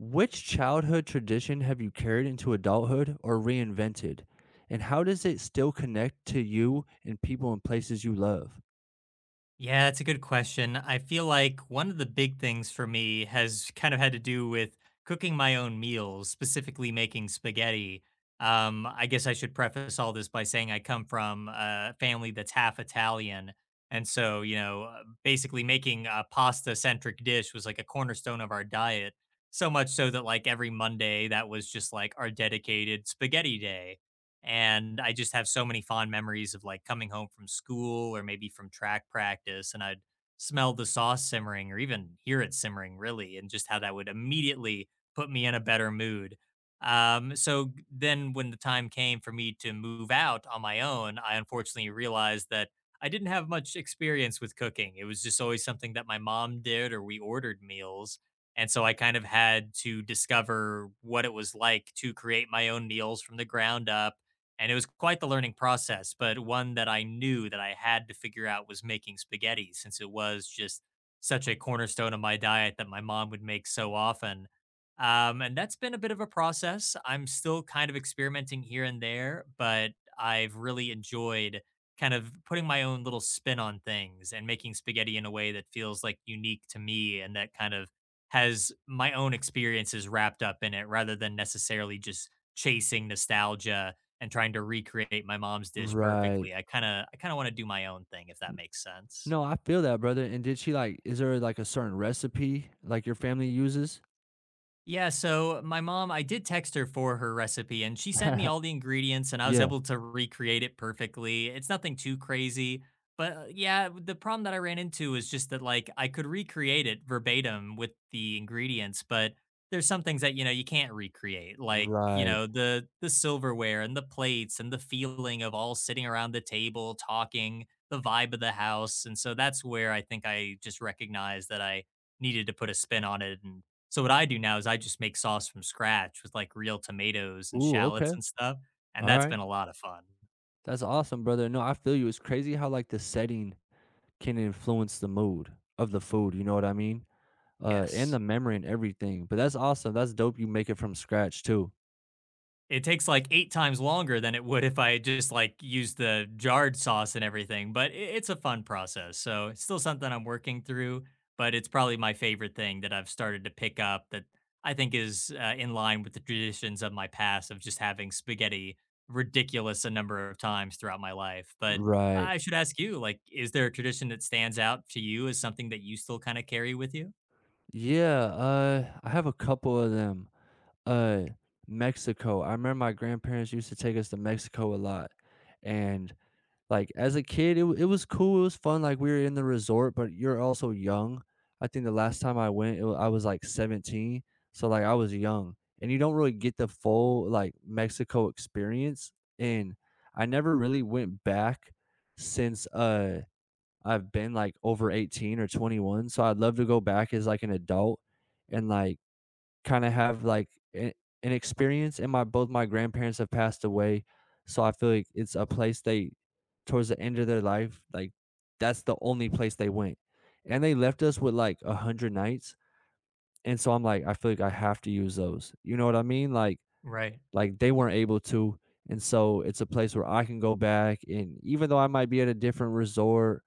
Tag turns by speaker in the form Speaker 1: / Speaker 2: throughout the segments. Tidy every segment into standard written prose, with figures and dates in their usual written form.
Speaker 1: Which childhood tradition have you carried into adulthood or reinvented? And how does it still connect to you and people and places you love?
Speaker 2: Yeah, that's a good question. I feel like one of the big things for me has kind of had to do with cooking my own meals, specifically making spaghetti. I guess I should preface all this by saying I come from a family that's half Italian. And so, basically making a pasta centric dish was like a cornerstone of our diet. So much so that, like, every Monday, that was just like our dedicated spaghetti day. And I just have so many fond memories of like coming home from school or maybe from track practice, and I'd smell the sauce simmering or even hear it simmering, really, and just how that would immediately put me in a better mood. So then when the time came for me to move out on my own, I unfortunately realized that I didn't have much experience with cooking. It was just always something that my mom did, or we ordered meals. And so I kind of had to discover what it was like to create my own meals from the ground up, and it was quite the learning process, but one that I knew that I had to figure out was making spaghetti since it was just such a cornerstone of my diet that my mom would make so often. And that's been a bit of a process. I'm still kind of experimenting here and there, but I've really enjoyed kind of putting my own little spin on things and making spaghetti in a way that feels like unique to me and that kind of has my own experiences wrapped up in it rather than necessarily just chasing nostalgia and trying to recreate my mom's dish
Speaker 1: Right.
Speaker 2: perfectly. I kind of want to do my own thing if that makes sense.
Speaker 1: No, I feel that, brother. And did she like, is there like a certain recipe like your family uses?
Speaker 2: Yeah, so my mom, I did text her for her recipe and she sent me all the ingredients and I was
Speaker 1: Yeah.
Speaker 2: able to recreate it perfectly. It's nothing too crazy, but yeah, the problem that I ran into is just that like I could recreate it verbatim with the ingredients, but there's some things that you know you can't recreate, like,
Speaker 1: Right.
Speaker 2: the silverware and the plates and the feeling of all sitting around the table talking, the vibe of the house. And so that's where I think I just recognized that I needed to put a spin on it, and so what I do now is I just make sauce from scratch with, like, real tomatoes and
Speaker 1: Ooh, okay.
Speaker 2: shallots and stuff, and
Speaker 1: All
Speaker 2: that's
Speaker 1: right.
Speaker 2: been a lot of fun.
Speaker 1: That's awesome, brother. No, I feel you. It's crazy how like the setting can influence the mood of the food, you know what I mean? And the
Speaker 2: Yes.
Speaker 1: memory and everything. But that's awesome. That's dope you make it from scratch too.
Speaker 2: It takes like 8 times longer than it would if I just, like, used the jarred sauce and everything, but I it's a fun process, so it's still something I'm working through, but it's probably my favorite thing that I've started to pick up that I think is, in line with the traditions of my past of just having spaghetti ridiculous a number of times throughout my life. But
Speaker 1: Right.
Speaker 2: I should ask you, like, is there a tradition that stands out to you as something that you still kinda carry with you?
Speaker 1: Yeah, I have a couple of them. Uh, Mexico. I remember my grandparents used to take us to Mexico a lot. And like as a kid, it it was cool. It was fun. Like we were in the resort, but you're also young. I think the last time I went, I was like 17. So like I was young and you don't really get the full like Mexico experience. And I never really went back since, I've been like over 18 or 21, so I'd love to go back as like an adult and like kind of have like a- an experience. And my both my grandparents have passed away, so I feel like it's a place they, towards the end of their life, like that's the only place they went, and they left us with like 100 nights. And so I'm like, I feel like I have to use those. You know what I mean?
Speaker 2: Right.
Speaker 1: Like they weren't able to, and so it's a place where I can go back, and even though I might be at a different resort,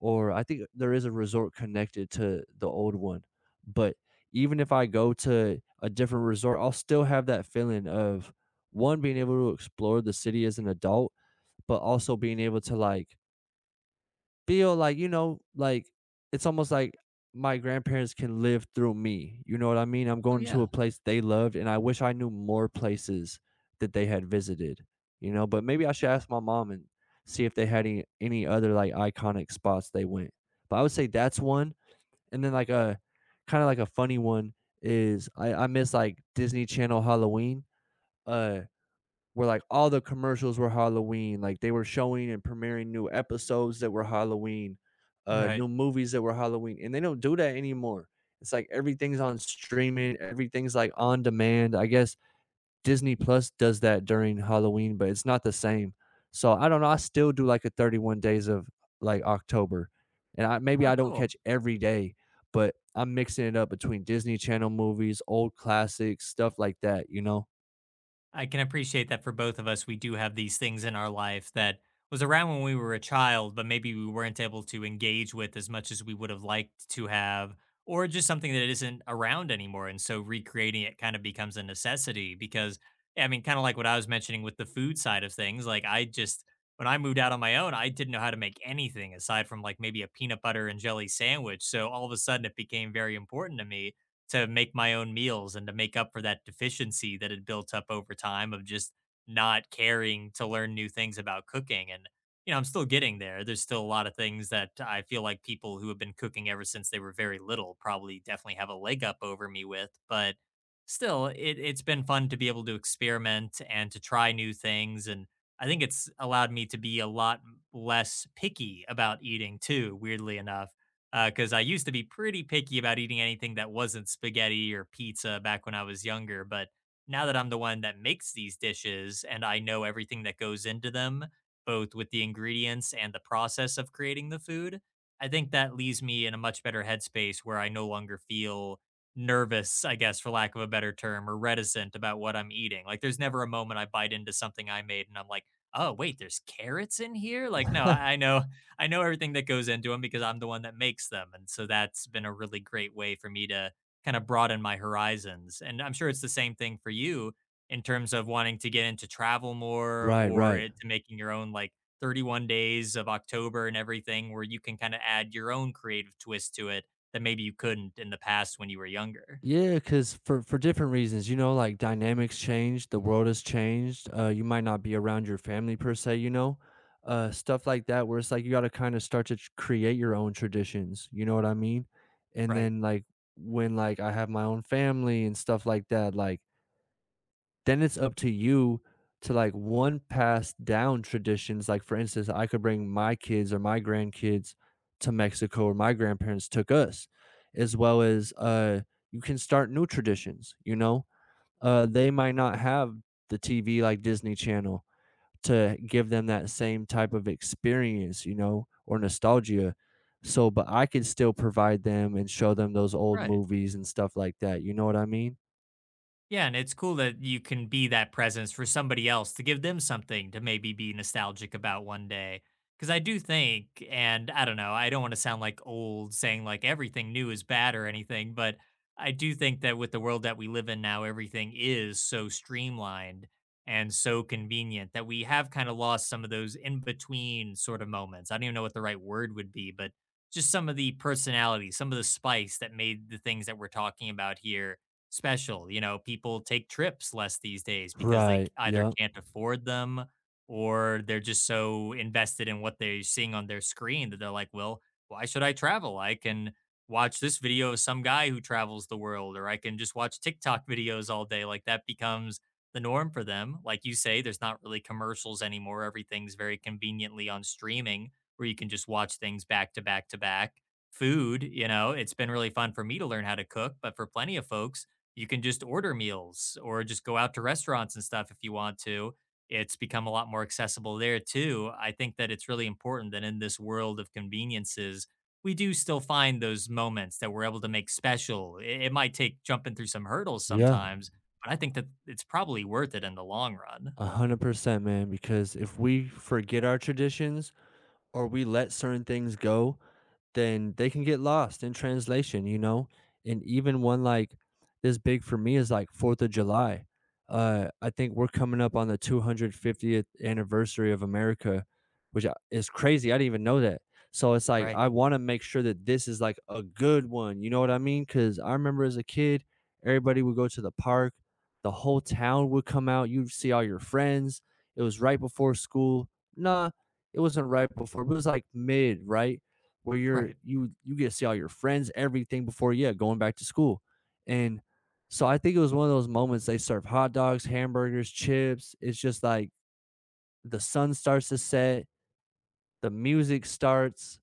Speaker 1: or I think there is a resort connected to the old one. But even if I go to a different resort, I'll still have that feeling of one being able to explore the city as an adult, but also being able to like feel like, you know, like it's almost like my grandparents can live through me. You know what I mean? I'm
Speaker 2: Oh,
Speaker 1: going to a
Speaker 2: yeah.
Speaker 1: place they loved, and I wish I knew more places that they had visited, you know, but maybe I should ask my mom and see if they had any other like iconic spots they went. But I would say that's one. And then like a kind of like a funny one is I miss like Disney Channel Halloween. Uh where like all the commercials were Halloween, like they were showing and premiering new episodes that were Halloween,
Speaker 2: Right.
Speaker 1: new movies that were Halloween, and they don't do that anymore. It's like everything's on streaming, everything's like on demand. I guess Disney Plus does that during Halloween, but it's not the same. So I don't know. I still do like a 31 days of like October, and I maybe
Speaker 2: Oh,
Speaker 1: I don't
Speaker 2: cool.
Speaker 1: catch every day, but I'm mixing it up between Disney Channel movies, old classics, stuff like that. You know?
Speaker 2: I can appreciate that for both of us, we do have these things in our life that was around when we were a child, but maybe we weren't able to engage with as much as we would have liked to have, or just something that isn't around anymore. And so recreating it kind of becomes a necessity because, I mean, kind of like what I was mentioning with the food side of things, like I just, when I moved out on my own, I didn't know how to make anything aside from like maybe a peanut butter and jelly sandwich. So all of a sudden it became very important to me to make my own meals and to make up for that deficiency that had built up over time of just not caring to learn new things about cooking. And, you know, I'm still getting there. There's still a lot of things that I feel like people who have been cooking ever since they were very little probably definitely have a leg up over me with. But still, it's been fun to be able to experiment and to try new things. And I think it's allowed me to be a lot less picky about eating too, weirdly enough, because I used to be pretty picky about eating anything that wasn't spaghetti or pizza back when I was younger. But now that I'm the one that makes these dishes and I know everything that goes into them, both with the ingredients and the process of creating the food, I think that leaves me in a much better headspace where I no longer feel nervous, I guess, for lack of a better term, or reticent about what I'm eating. Like, there's never a moment I bite into something I made and I'm like, oh, wait, there's carrots in here? Like, no, I know everything that goes into them because I'm the one that makes them. And so that's been a really great way for me to kind of broaden my horizons. And I'm sure it's the same thing for you in terms of wanting to get into travel more,
Speaker 1: Right.
Speaker 2: or
Speaker 1: Right.
Speaker 2: it, to making your own like 31 days of October and everything where you can kind of add your own creative twist to it that maybe you couldn't in the past when you were younger.
Speaker 1: Yeah, because for different reasons, you know, like dynamics change, the world has changed. You might not be around your family per se, you know, stuff like that, where it's like you got to kind of start to create your own traditions. You know what I mean? And
Speaker 2: Right.
Speaker 1: then like when like I have my own family and stuff like that, like then it's up to you to like one pass down traditions. Like for instance, I could bring my kids or my grandkids to Mexico or my grandparents took us, as well as you can start new traditions, you know? They might not have the TV like Disney Channel to give them that same type of experience, you know, or nostalgia. So, but I could still provide them and show them those old
Speaker 2: Right.
Speaker 1: movies and stuff like that. You know what I mean?
Speaker 2: Yeah, and it's cool that you can be that presence for somebody else to give them something to maybe be nostalgic about one day. Because I do think, and I don't know, I don't want to sound like old saying like everything new is bad or anything, but I do think that with the world that we live in now, everything is so streamlined and so convenient that we have kind of lost some of those in between sort of moments. I don't even know what the right word would be, but just some of the personality, some of the spice that made the things that we're talking about here special. You know, people take trips less these days because they
Speaker 1: Right.
Speaker 2: either
Speaker 1: Yeah.
Speaker 2: can't afford them, or they're just so invested in what they're seeing on their screen that they're like, well, why should I travel? I can watch this video of some guy who travels the world, or I can just watch TikTok videos all day. Like that becomes the norm for them. Like you say, there's not really commercials anymore. Everything's very conveniently on streaming where you can just watch things back to back to back. Food, you know, it's been really fun for me to learn how to cook, but for plenty of folks, you can just order meals or just go out to restaurants and stuff if you want to. It's become a lot more accessible there too. I think that it's really important that in this world of conveniences, we do still find those moments that we're able to make special. It might take jumping through some hurdles
Speaker 1: Yeah.
Speaker 2: sometimes, but I think that it's probably worth it in the long run.
Speaker 1: 100%, man, because if we forget our traditions or we let certain things go, then they can get lost in translation, you know? And even one like this big for me is like 4th of July. I think we're coming up on the 250th anniversary of America, which is crazy. I didn't even know that. So it's like,
Speaker 2: Right.
Speaker 1: I want to make sure that this is like a good one. You know what I mean? Because I remember as a kid, everybody would go to the park, the whole town would come out. You'd see all your friends. It was right before school. Nah, it wasn't right before, but it was like mid, right? where you're
Speaker 2: Right.
Speaker 1: you you get to see all your friends, everything before, yeah, going back to school. And so I think it was one of those moments they serve hot dogs, hamburgers, chips. It's just like the sun starts to set, the music starts,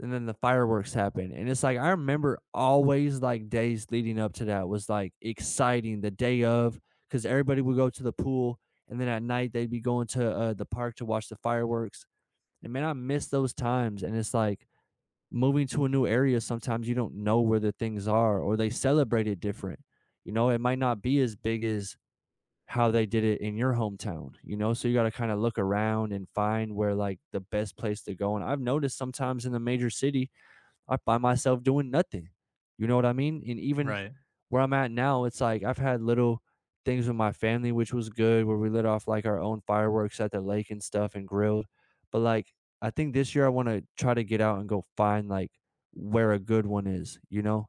Speaker 1: and then the fireworks happen. And it's like I remember always like days leading up to that was like exciting, the day of, because everybody would go to the pool and then at night they'd be going to the park to watch the fireworks. And man, I miss those times. And it's like moving to a new area, sometimes you don't know where the things are or they celebrate it different. You know, it might not be as big as how they did it in your hometown, you know? So you got to kind of look around and find where like the best place to go. And I've noticed sometimes in the major city, I find myself doing nothing. You know what I mean? And even
Speaker 2: Right.
Speaker 1: where I'm at now, it's like I've had little things with my family, which was good, where we lit off like our own fireworks at the lake and stuff and grilled. But like, I think this year I want to try to get out and go find like where a good one is, you know?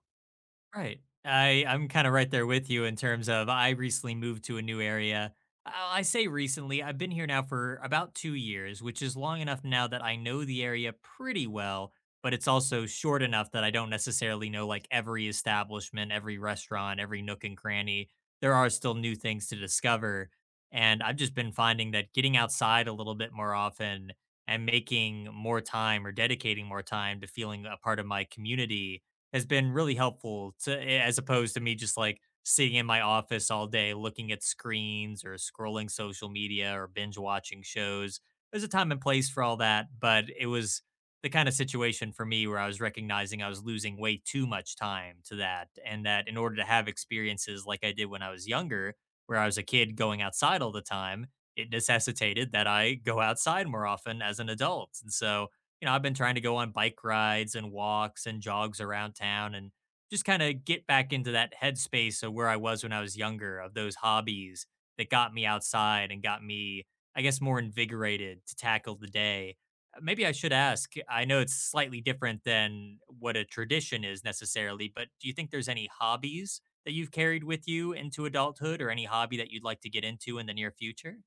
Speaker 2: Right. I'm kind of right there with you in terms of I recently moved to a new area. I say recently, I've been here now for about 2 years, which is long enough now that I know the area pretty well, but it's also short enough that I don't necessarily know like every establishment, every restaurant, every nook and cranny. There are still new things to discover, and I've just been finding that getting outside a little bit more often and making more time or dedicating more time to feeling a part of my community has been really helpful as opposed to me just like sitting in my office all day looking at screens or scrolling social media or binge watching shows. There's a time and place for all that, but it was the kind of situation for me where I was recognizing I was losing way too much time to that. And that in order to have experiences like I did when I was younger, where I was a kid going outside all the time, it necessitated that I go outside more often as an adult. And so, you know, I've been trying to go on bike rides and walks and jogs around town and just kind of get back into that headspace of where I was when I was younger, of those hobbies that got me outside and got me, I guess, more invigorated to tackle the day. Maybe I should ask. I know it's slightly different than what a tradition is necessarily, but do you think there's any hobbies that you've carried with you into adulthood or any hobby that you'd like to get into in the near future?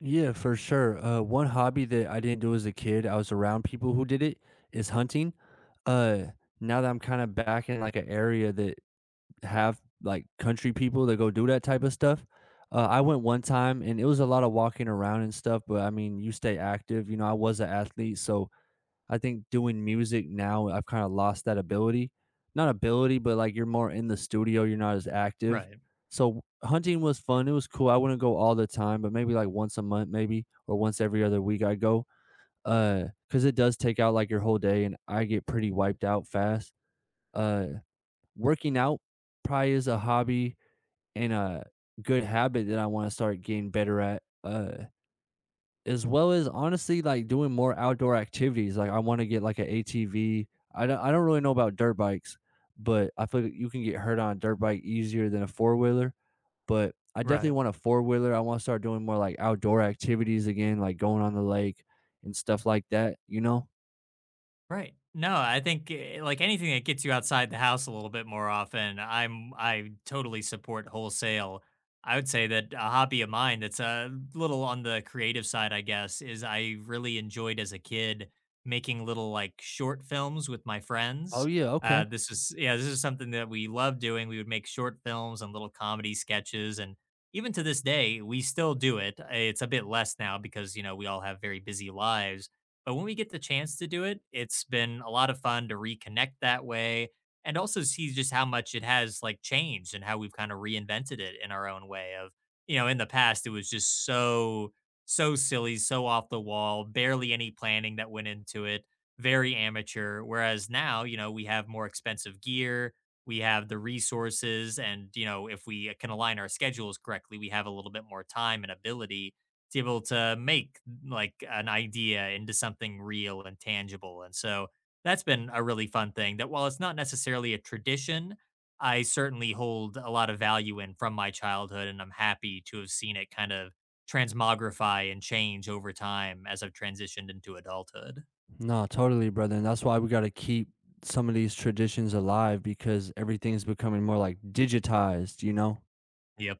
Speaker 1: Yeah, for sure. One hobby that I didn't do as a kid, I was around people who did it, is hunting. Uh, now that I'm kind of back in like an area that have like country people that go do that type of stuff. I went one time and it was a lot of walking around and stuff, but I mean, you stay active. You know, I was an athlete, so I think doing music now, I've kind of lost that ability. Not ability, but like you're more in the studio, you're not as active.
Speaker 2: Right,
Speaker 1: So hunting was fun. It was cool. I wouldn't go all the time, but maybe like once a month, maybe, or once every other week I go. Because it does take out like your whole day, and I get pretty wiped out fast. Uh, working out probably is a hobby and a good habit that I wanna start getting better at, as well as honestly, like, doing more outdoor activities, like, I wanna get, like, an ATV. I don't really know about dirt bikes, but I feel like you can get hurt on a dirt bike easier than a four-wheeler, but I definitely
Speaker 2: right.
Speaker 1: want a four-wheeler. I wanna start doing more, like, outdoor activities again, like going on the lake and stuff like that, you know?
Speaker 2: Right. No, I think like anything that gets you outside the house a little bit more often, I totally support wholesale. I would say that a hobby of mine that's a little on the creative side, I guess, is I really enjoyed as a kid making little like short films with my
Speaker 1: Oh,
Speaker 2: friends.
Speaker 1: yeah, okay.
Speaker 2: This is something that we love doing. We would make short films and little comedy sketches, and even to this day, we still do it. It's a bit less now because you know we all have very busy lives, but when we get the chance to do it, it's been a lot of fun to reconnect that way and also see just how much it has like changed and how we've kind of reinvented it in our own way of, you know, in the past it was just so silly, so off the wall, barely any planning that went into it, very amateur. Whereas now, you know, we have more expensive gear, we have the resources and, you know, if we can align our schedules correctly, we have a little bit more time and ability to be able to make like an idea into something real and tangible. And so that's been a really fun thing that while it's not necessarily a tradition, I certainly hold a lot of value in from my childhood. And I'm happy to have seen it kind of transmogrify and change over time as I've transitioned into adulthood.
Speaker 1: No, totally, brother. And that's why we got to keep some of these traditions alive because everything's becoming more like digitized, you know?
Speaker 2: Yep.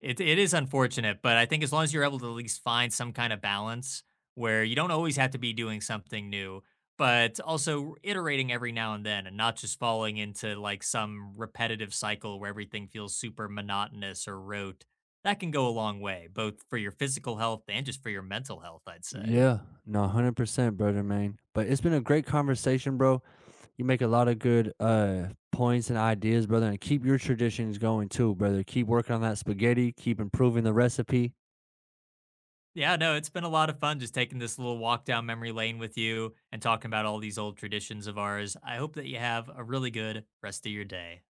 Speaker 2: It is unfortunate, but I think as long as you're able to at least find some kind of balance where you don't always have to be doing something new, but also iterating every now and then and not just falling into like some repetitive cycle where everything feels super monotonous or rote. That can go a long way, both for your physical health and just for your mental health, I'd say.
Speaker 1: Yeah. No, 100%, brother, man. But it's been a great conversation, bro. You make a lot of good points and ideas, brother. And keep your traditions going too, brother. Keep working on that spaghetti, keep improving the recipe.
Speaker 2: Yeah, no, it's been a lot of fun just taking this little walk down memory lane with you and talking about all these old traditions of ours. I hope that you have a really good rest of your day.